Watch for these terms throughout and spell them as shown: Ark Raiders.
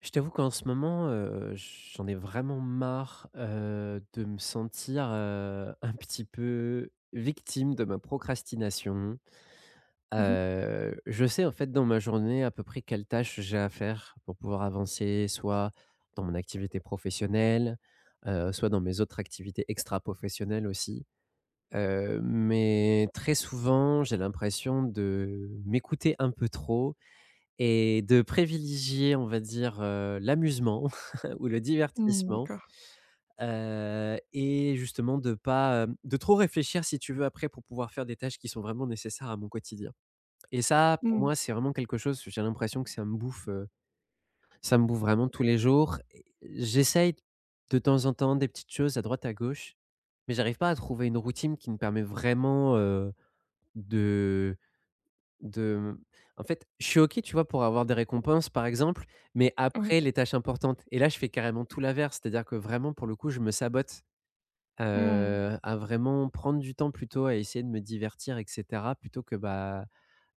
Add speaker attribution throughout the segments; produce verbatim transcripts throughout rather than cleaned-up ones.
Speaker 1: Je t'avoue qu'en ce moment, heu, j'en ai vraiment marre, heu, de me sentir, heu, un petit peu victime de ma procrastination.
Speaker 2: Mmh mh.
Speaker 1: Heu, je sais en fait dans ma journée à peu près quelles tâches j'ai à faire pour pouvoir avancer, soit dans mon activité professionnelle, heu, soit dans mes autres activités extra-professionnelles aussi. Heu, mais très souvent, j'ai l'impression de m'écouter un peu trop et de privilégier, on va dire, heu, l'amusement ou le
Speaker 2: Mmh,
Speaker 1: divertissement,
Speaker 2: d'accord.
Speaker 1: heu et justement de pas, hem, de trop réfléchir si tu veux après pour pouvoir faire des tâches qui sont vraiment nécessaires à mon quotidien. Et ça, pour
Speaker 2: Mmh.
Speaker 1: moi, c'est vraiment quelque chose, j'ai l'impression que ça me bouffe, heu, ça me bouffe vraiment tous les jours et j'essaye de temps en temps des petites choses à droite à gauche, mais j'arrive pas à trouver une routine qui me permet vraiment, heu, de de en fait, je suis OK, tu vois, pour avoir des récompenses, par exemple, mais
Speaker 2: Ouais.
Speaker 1: après les tâches importantes et là, je fais carrément tout l'inverse, c'est-à-dire que vraiment, pour le coup, je me sabote,
Speaker 2: Mmh.
Speaker 1: heu, à vraiment prendre du temps plutôt à essayer de me divertir et cetera, plutôt que, bah,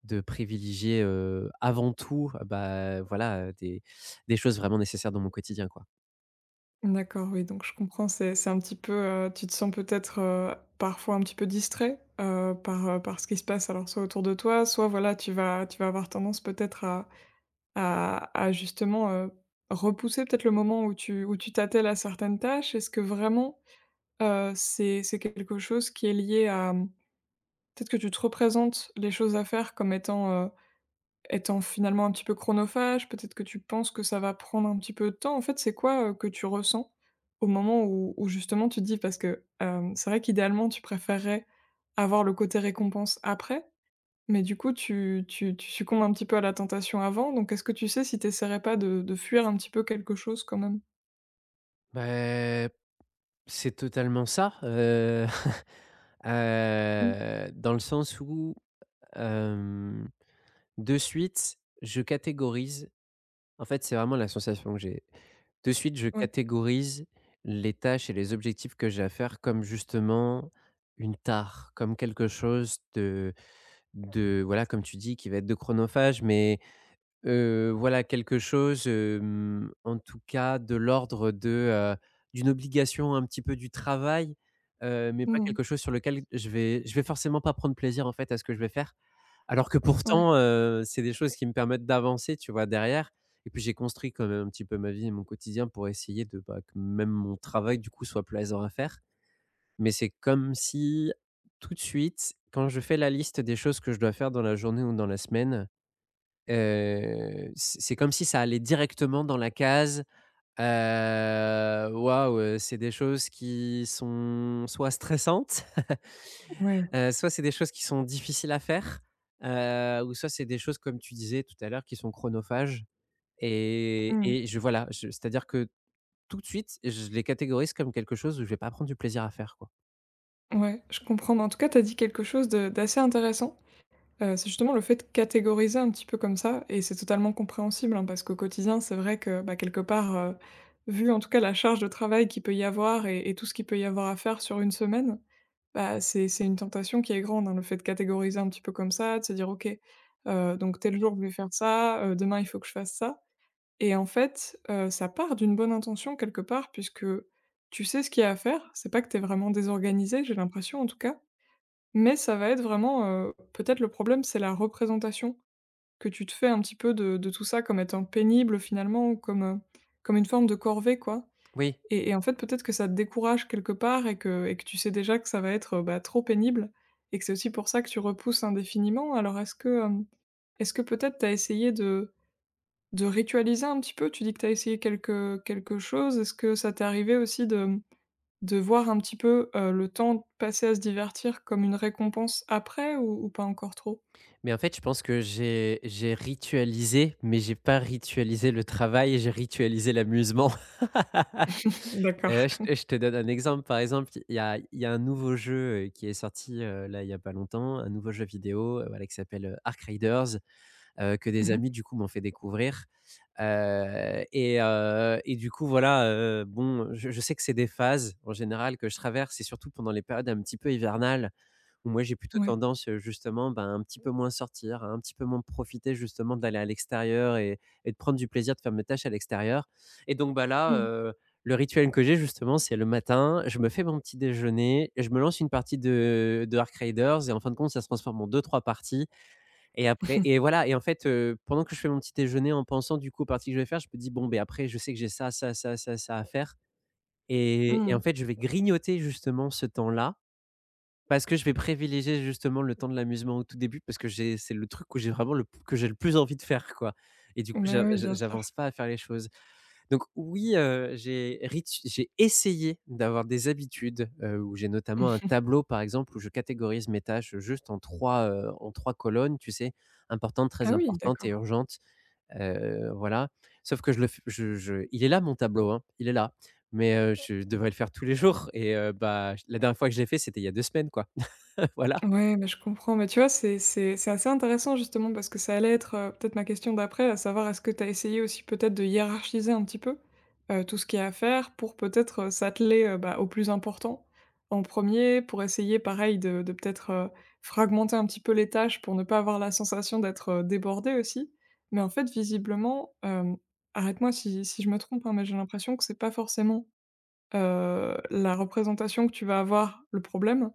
Speaker 1: de privilégier, heu, avant tout, euh, bah, voilà, heu, des des choses vraiment nécessaires dans mon quotidien, quoi.
Speaker 2: D'accord, oui, donc je comprends, c'est c'est un petit peu, heu, tu te sens peut-être, heu, parfois un petit peu distrait, heu, par, heu, par ce qui se passe, alors soit autour de toi, soit voilà, tu vas tu vas avoir tendance peut-être à à à justement, heu, repousser peut-être le moment où tu où tu t'attelles à certaines tâches. Est-ce que vraiment, heu, c'est c'est quelque chose qui est lié à, mmh peut-être que tu te représentes les choses à faire comme étant, Étant finalement un petit peu chronophage, peut-être que tu penses que ça va prendre un petit peu de temps. En fait, c'est quoi, heu, que tu ressens au moment où où justement tu te dis parce que, hem, c'est vrai qu'idéalement tu préférerais avoir le côté récompense après, mais du coup tu tu tu succombes un petit peu à la tentation avant, donc est-ce que tu sais si tu essaierais pas de de fuir un petit peu quelque chose quand même?
Speaker 1: Ben, c'est totalement ça, heu, heu,
Speaker 2: Mmh.
Speaker 1: dans le sens où, hem de suite, je catégorise en fait, c'est vraiment la sensation que j'ai. De suite, je
Speaker 2: Ouais.
Speaker 1: catégorise les tâches et les objectifs que j'ai à faire comme justement une tare, comme quelque chose de de voilà, comme tu dis, qui va être de chronophage, mais Heu, voilà quelque chose, hem, en tout cas de l'ordre de, heu, d'une obligation un petit peu du travail, heu, mais pas
Speaker 2: Mmh.
Speaker 1: quelque chose sur lequel je vais je vais forcément pas prendre plaisir en fait à ce que je vais faire. Alors que
Speaker 2: Ouais.
Speaker 1: pourtant, heu, c'est des choses qui me permettent d'avancer, tu vois? Derrière et puis j'ai construit quand même un petit peu ma vie et mon quotidien pour essayer de, bah, que même mon travail du coup soit plaisant à faire. Mais c'est comme si tout de suite, quand je fais la liste des choses que je dois faire dans la journée ou dans la semaine, Heu, c'est c'est comme si ça allait directement dans la case, heu, waouh, heu, c'est des choses qui sont soit stressantes,
Speaker 2: Ouais.
Speaker 1: heu, soit c'est des choses qui sont difficiles à faire, heu, ou soit c'est des choses comme tu disais tout à l'heure qui sont chronophages et
Speaker 2: Mmh.
Speaker 1: et je voilà, je c'est-à-dire que tout de suite, je les catégorise comme quelque chose où je vais pas prendre du plaisir à faire, quoi.
Speaker 2: Ouais, je comprends, mais en tout cas, tu as dit quelque chose de d'assez intéressant. Heu, c'est justement le fait de catégoriser un petit peu comme ça et c'est totalement compréhensible, hein, parce qu'au quotidien, c'est vrai que, bah, quelque part, heu, vu en tout cas la charge de travail qu'il peut y avoir et et tout ce qu'il peut y avoir à faire sur une semaine, bah, c'est c'est une tentation qui est grande, hein, le fait de catégoriser un petit peu comme ça, de se dire: «OK, heu, donc tel jour je vais faire ça, heu, demain il faut que je fasse ça», et en fait, heu, ça part d'une bonne intention quelque part puisque tu sais ce qu'il y a à faire. C'est pas que t'es vraiment désorganisé, j'ai l'impression en tout cas, mais ça va être vraiment, heu, peut-être le problème, c'est la représentation que tu te fais un petit peu de de tout ça comme étant pénible finalement ou comme, heu, comme une forme de corvée quoi,
Speaker 1: Oui,
Speaker 2: et et en fait peut-être que ça te décourage quelque part et que et que tu sais déjà que ça va être, heu, bah, trop pénible et que c'est aussi pour ça que tu repousses indéfiniment. Alors est-ce que, hem, est-ce que peut-être tu as essayé de de ritualiser un petit peu? Tu dis que tu as essayé quelque, quelque chose. Est-ce que ça t'est arrivé aussi de, de voir un petit peu, heu, le temps passé à se divertir comme une récompense après ou ou pas encore trop?
Speaker 1: mais en fait, je pense que j'ai j'ai ritualisé, mais j'ai pas ritualisé le travail, j'ai ritualisé l'amusement.
Speaker 2: D'accord.
Speaker 1: Heu, je te je te donne un exemple. Par exemple, il y a il y a un nouveau jeu, heu, qui est sorti, heu, là, il y a pas longtemps, un nouveau jeu vidéo, heu, voilà, qui s'appelle, heu, Ark Raiders, heu, que des
Speaker 2: Mmh.
Speaker 1: amis, du coup, m'ont fait découvrir, heu et heu et du coup, voilà, heu, bon, je je sais que c'est des phases, en général, que je traverse et surtout pendant les périodes un petit peu hivernales. Moi, j'ai plutôt
Speaker 2: Ouais.
Speaker 1: tendance, heu, justement, ben, un petit peu moins sortir, à un petit peu moins profiter justement d'aller à l'extérieur et et de prendre du plaisir de faire mes tâches à l'extérieur et donc bah, là,
Speaker 2: Mmh.
Speaker 1: heu, le rituel que j'ai justement, c'est le matin, je me fais mon petit déjeuner, je me lance une partie de de Ark Raiders et en fin de compte, ça se transforme en deux trois parties et après
Speaker 2: Mmh.
Speaker 1: et voilà et en fait, heu, pendant que je fais mon petit déjeuner en pensant du coup aux parties que je vais faire, je me dis: «Bon, ben après je sais que j'ai ça, ça, ça, ça, ça à faire» et et en fait, je vais grignoter justement ce temps-là parce que je vais privilégier justement le temps de l'amusement au tout début, parce que j'ai c'est le truc où j'ai vraiment le p que j'ai le plus envie de faire, quoi et du coup,
Speaker 2: Bah,
Speaker 1: j'a
Speaker 2: oui,
Speaker 1: j'a
Speaker 2: bien sûr.
Speaker 1: j'avance pas à faire les choses. Donc oui, heu, j'ai ritu j'ai essayé d'avoir des habitudes, heu, où j'ai notamment un tableau, par exemple, où je catégorise mes tâches juste en trois heu, en trois colonnes, tu sais? Importante,
Speaker 2: Ah
Speaker 1: très
Speaker 2: oui,
Speaker 1: importante et
Speaker 2: d'accord.
Speaker 1: urgente, heu, voilà. Sauf que je le f je je il est là mon tableau, hein, il est là, mais heu, je devrais le faire tous les jours et heu, bah, j la dernière fois que je l'ai fait, c'était il y a deux semaines, quoi. Voilà.
Speaker 2: Ouais, mais je comprends, mais tu vois, c'est c'est c'est assez intéressant justement parce que ça allait être, heu, peut-être ma question d'après, à savoir est-ce que tu as essayé aussi peut-être de hiérarchiser un petit peu, heu, tout ce qu'il y a à faire pour peut-être, heu, s'atteler, heu, bah, au plus important en premier pour essayer pareil de de peut-être, heu, fragmenter un petit peu les tâches pour ne pas avoir la sensation d'être, heu, débordé aussi. Mais en fait visiblement, hem, arrête-moi si si je me trompe, hein, mais j'ai l'impression que c'est pas forcément, Heu, la représentation que tu vas avoir, le problème,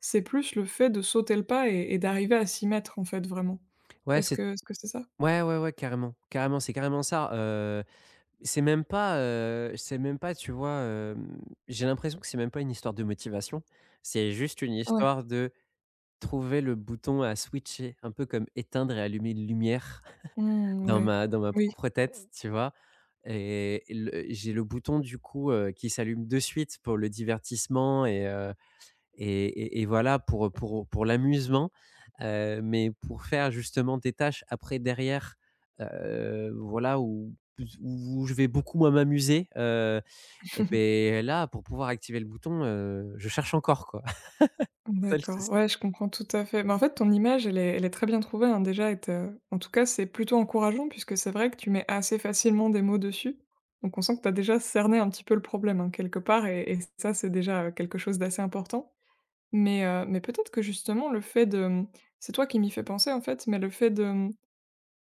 Speaker 2: c'est plus le fait de sauter le pas et et d'arriver à s'y mettre, en fait, vraiment.
Speaker 1: Ouais,
Speaker 2: Est-ce
Speaker 1: c'est
Speaker 2: que est-ce que c'est ça?
Speaker 1: ouais, ouais, ouais, carrément, carrément, c'est carrément ça, heu, c'est même pas, heu, c'est même pas, tu vois, hem, j'ai l'impression que c'est même pas une histoire de motivation. C'est juste une
Speaker 2: Ouais.
Speaker 1: histoire de trouver le bouton à switcher, un peu comme éteindre et allumer une lumière
Speaker 2: Mmh,
Speaker 1: dans
Speaker 2: ouais.
Speaker 1: ma dans ma
Speaker 2: Oui.
Speaker 1: propre tête, tu vois? Et le j'ai le bouton du coup, heu, qui s'allume de suite pour le divertissement et heu et et et voilà pour pour pour l'amusement, heu, mais pour faire justement des tâches après derrière, heu, voilà où où je vais beaucoup moi m'amuser, heu et beh, là pour pouvoir activer le bouton, heu, je cherche encore quoi. C'est ça le
Speaker 2: D'accord.
Speaker 1: souci.
Speaker 2: Ouais, je comprends tout à fait. Mais en fait, ton image, elle est elle est très bien trouvée, hein, déjà et te en tout cas, c'est plutôt encourageant puisque c'est vrai que tu mets assez facilement des mots dessus. Donc on sent que tu as déjà cerné un petit peu le problème, hein, quelque part et et ça, c'est déjà, heu, quelque chose d'assez important. Mais heu, mais peut-être que justement le fait de, mmh c'est toi qui m'y fais penser en fait, mais le fait de, mmh,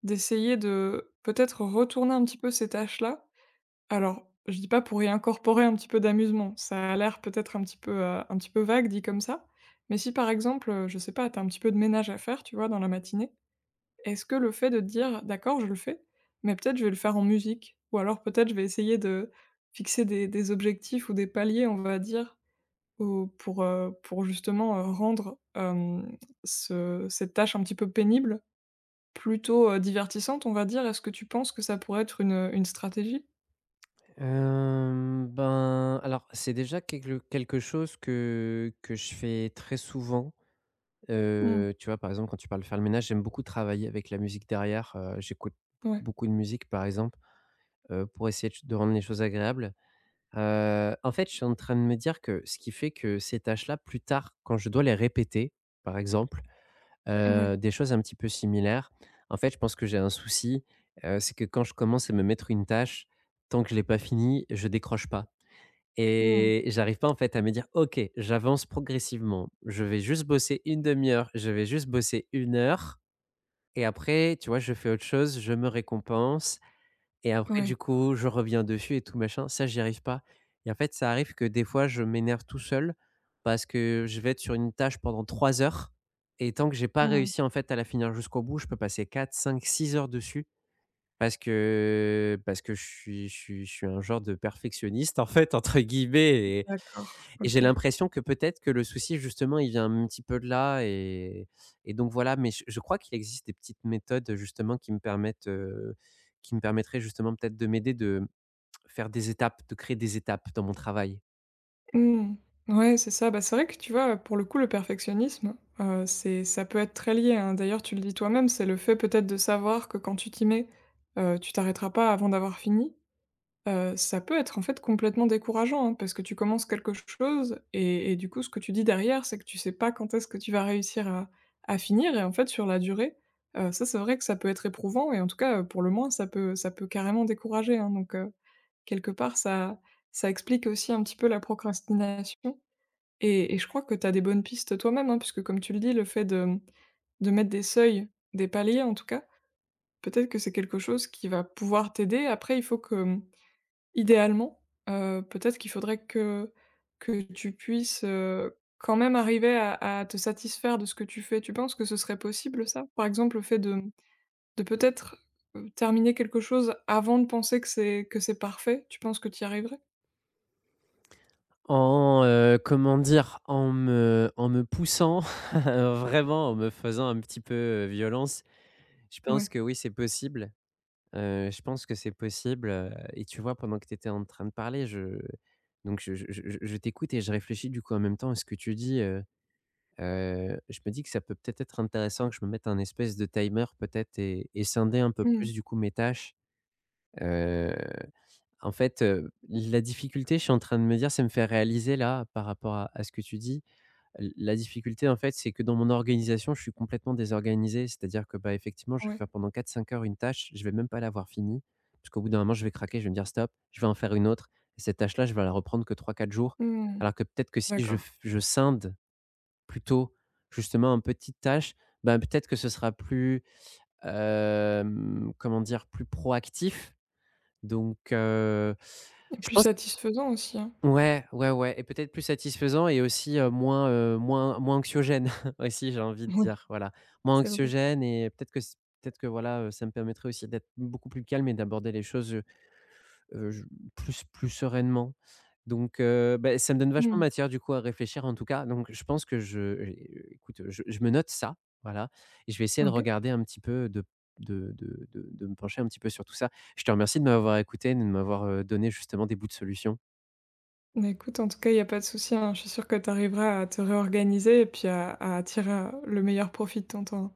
Speaker 2: d'essayer de peut-être retourner un petit peu ces tâches-là. Alors, je dis pas pour y incorporer un petit peu d'amusement, ça a l'air peut-être un petit peu, heu, un petit peu vague dit comme ça, mais si par exemple, heu, je sais pas, tu as un petit peu de ménage à faire, tu vois, dans la matinée, est-ce que le fait de te dire: «D'accord, je le fais, mais peut-être je vais le faire en musique», ou alors peut-être je vais essayer de fixer des des objectifs ou des paliers, on va dire, ou pour, heu, pour justement, heu, rendre, hem, ce cette tâche un petit peu pénible, plutôt, heu, divertissante, on va dire. Est-ce que tu penses que ça pourrait être une, une stratégie?
Speaker 1: Hem, ben, alors c'est déjà quelque quelque chose que que je fais très souvent,
Speaker 2: Mmh.
Speaker 1: heu, tu vois? Par exemple, quand tu parles faire le ménage, j'aime beaucoup travailler avec la musique derrière, heu, j'écoute
Speaker 2: Ouais,
Speaker 1: beaucoup, beaucoup de musique, par exemple. Heu, pour essayer de de rendre les choses agréables. Heu, en fait, je suis en train de me dire que ce qui fait que ces tâches-là, plus tard, quand je dois les répéter, par exemple,
Speaker 2: ouais.
Speaker 1: heu, des choses un petit peu similaires, en fait, je pense que j'ai un souci, heu, c'est que quand je commence à me mettre une tâche, tant que je l'ai pas finie, je décroche pas
Speaker 2: Mmh.
Speaker 1: et j'arrive pas, en fait, à me dire: «OK, j'avance progressivement. Je vais juste bosser une demi heure, je vais juste bosser une heure et après, tu vois, je fais autre chose, je me récompense.» Et après
Speaker 2: Ouais.
Speaker 1: du coup, je reviens dessus et tout machin, ça j'y arrive pas et en fait, ça arrive que des fois, je m'énerve tout seul parce que je vais être sur une tâche pendant trois heures et tant que j'ai pas
Speaker 2: Mmh.
Speaker 1: réussi, en fait, à la finir jusqu'au bout, je peux passer quatre, cinq, six heures dessus parce que parce que je suis je suis je suis un genre de perfectionniste, en fait, entre guillemets
Speaker 2: D'accord,
Speaker 1: et j'ai
Speaker 2: OK.
Speaker 1: l'impression que peut-être que le souci justement, il vient un petit peu de là et et donc voilà, mais je je crois qu'il existe des petites méthodes justement qui me permettent, heu, qui me permettraient justement peut-être de m'aider de faire des étapes, de créer des étapes dans mon travail.
Speaker 2: Mmh. Ouais, c'est ça. Bah, c'est vrai que tu vois, pour le coup, le perfectionnisme, heu, c'est ça peut être très lié, hein. D'ailleurs, tu le dis toi-même, c'est le fait peut-être de savoir que quand tu t'y mets, heu, tu t'arrêteras pas avant d'avoir fini. Heu, ça peut être en fait complètement décourageant, hein, parce que tu commences quelque chose et et du coup, ce que tu dis derrière, c'est que tu sais pas quand est-ce que tu vas réussir à à finir et en fait sur la durée, heu, ça c'est vrai que ça peut être éprouvant et en tout cas, heu, pour le moins, ça peut ça peut carrément décourager, hein, donc heu, quelque part ça ça explique aussi un petit peu la procrastination et et je crois que tu as des bonnes pistes toi-même, hein, puisque comme tu le dis, le fait de, mmh, de mettre des seuils, des paliers en tout cas, peut-être que c'est quelque chose qui va pouvoir t'aider. Après il faut que, mmh, idéalement, heu, peut-être qu'il faudrait que que tu puisses, heu, quand même arriver à à te satisfaire de ce que tu fais. Tu penses que ce serait possible ça? Par exemple, le fait de, mmh, de peut-être, heu, terminer quelque chose avant de penser que c'est que c'est parfait, tu penses que tu y arriverais?
Speaker 1: En, heu, comment dire? En me en me poussant, vraiment en me faisant un petit peu, heu, violence, je
Speaker 2: Ouais.
Speaker 1: pense que oui, c'est possible. Heu, je pense que c'est possible, heu et tu vois, pendant que tu étais en train de parler, je donc je je je je t'écoute et je réfléchis du coup en même temps à ce que tu dis, heu heu, je me dis que ça peut peut-être être intéressant que je me mette un espèce de timer peut-être et et scinder un peu
Speaker 2: Mmh.
Speaker 1: plus du coup mes tâches. Heu, en fait, heu, la difficulté, je suis en train de me dire ça me fait réaliser là, par rapport à à ce que tu dis. L La difficulté, en fait, c'est que dans mon organisation, je suis complètement désorganisé. C'est-à-dire que, bah, effectivement, je vais
Speaker 2: Ouais.
Speaker 1: faire pendant quatre, cinq heures une tâche, je vais même pas l'avoir finie, parce qu'au bout d'un moment, je vais craquer, je vais me dire: «Stop», je vais en faire une autre et cette tâche-là, je vais la reprendre que trois, quatre jours.
Speaker 2: Mmh.
Speaker 1: Alors que peut-être que si je
Speaker 2: D'accord,
Speaker 1: f je scinde plutôt, justement, en petites tâches, bah, peut-être que ce sera plus, hem, comment dire? Plus proactif. Donc heu,
Speaker 2: et
Speaker 1: je
Speaker 2: plus
Speaker 1: pense.
Speaker 2: satisfaisant aussi, hein.
Speaker 1: Ouais, ouais, ouais et peut-être plus satisfaisant et aussi, heu, moins, heu, moins moins anxiogène aussi, j'ai envie de
Speaker 2: Oui,
Speaker 1: dire, voilà. Moins
Speaker 2: c'est vrai.
Speaker 1: anxiogène et peut-être que c peut-être que, voilà, heu, ça me permettrait aussi d'être beaucoup plus calme et d'aborder les choses, heu heu, je plus plus sereinement. Donc heu, beh, ça me donne vachement
Speaker 2: Mmh.
Speaker 1: matière, du coup, à réfléchir, en tout cas. Donc je pense que je, heu, écoute, je je me note ça, voilà et je vais essayer de
Speaker 2: OK.
Speaker 1: regarder un petit peu, de de de de de me pencher un petit peu sur tout ça. Je te remercie de m'avoir écouté, et de m'avoir, heu, donné justement des bouts de solutions.
Speaker 2: Bah, écoute, en tout cas, il y a pas de souci, hein. Je suis sûre que tu arriveras à te réorganiser et puis à à tirer, heu, le meilleur profit de ton temps.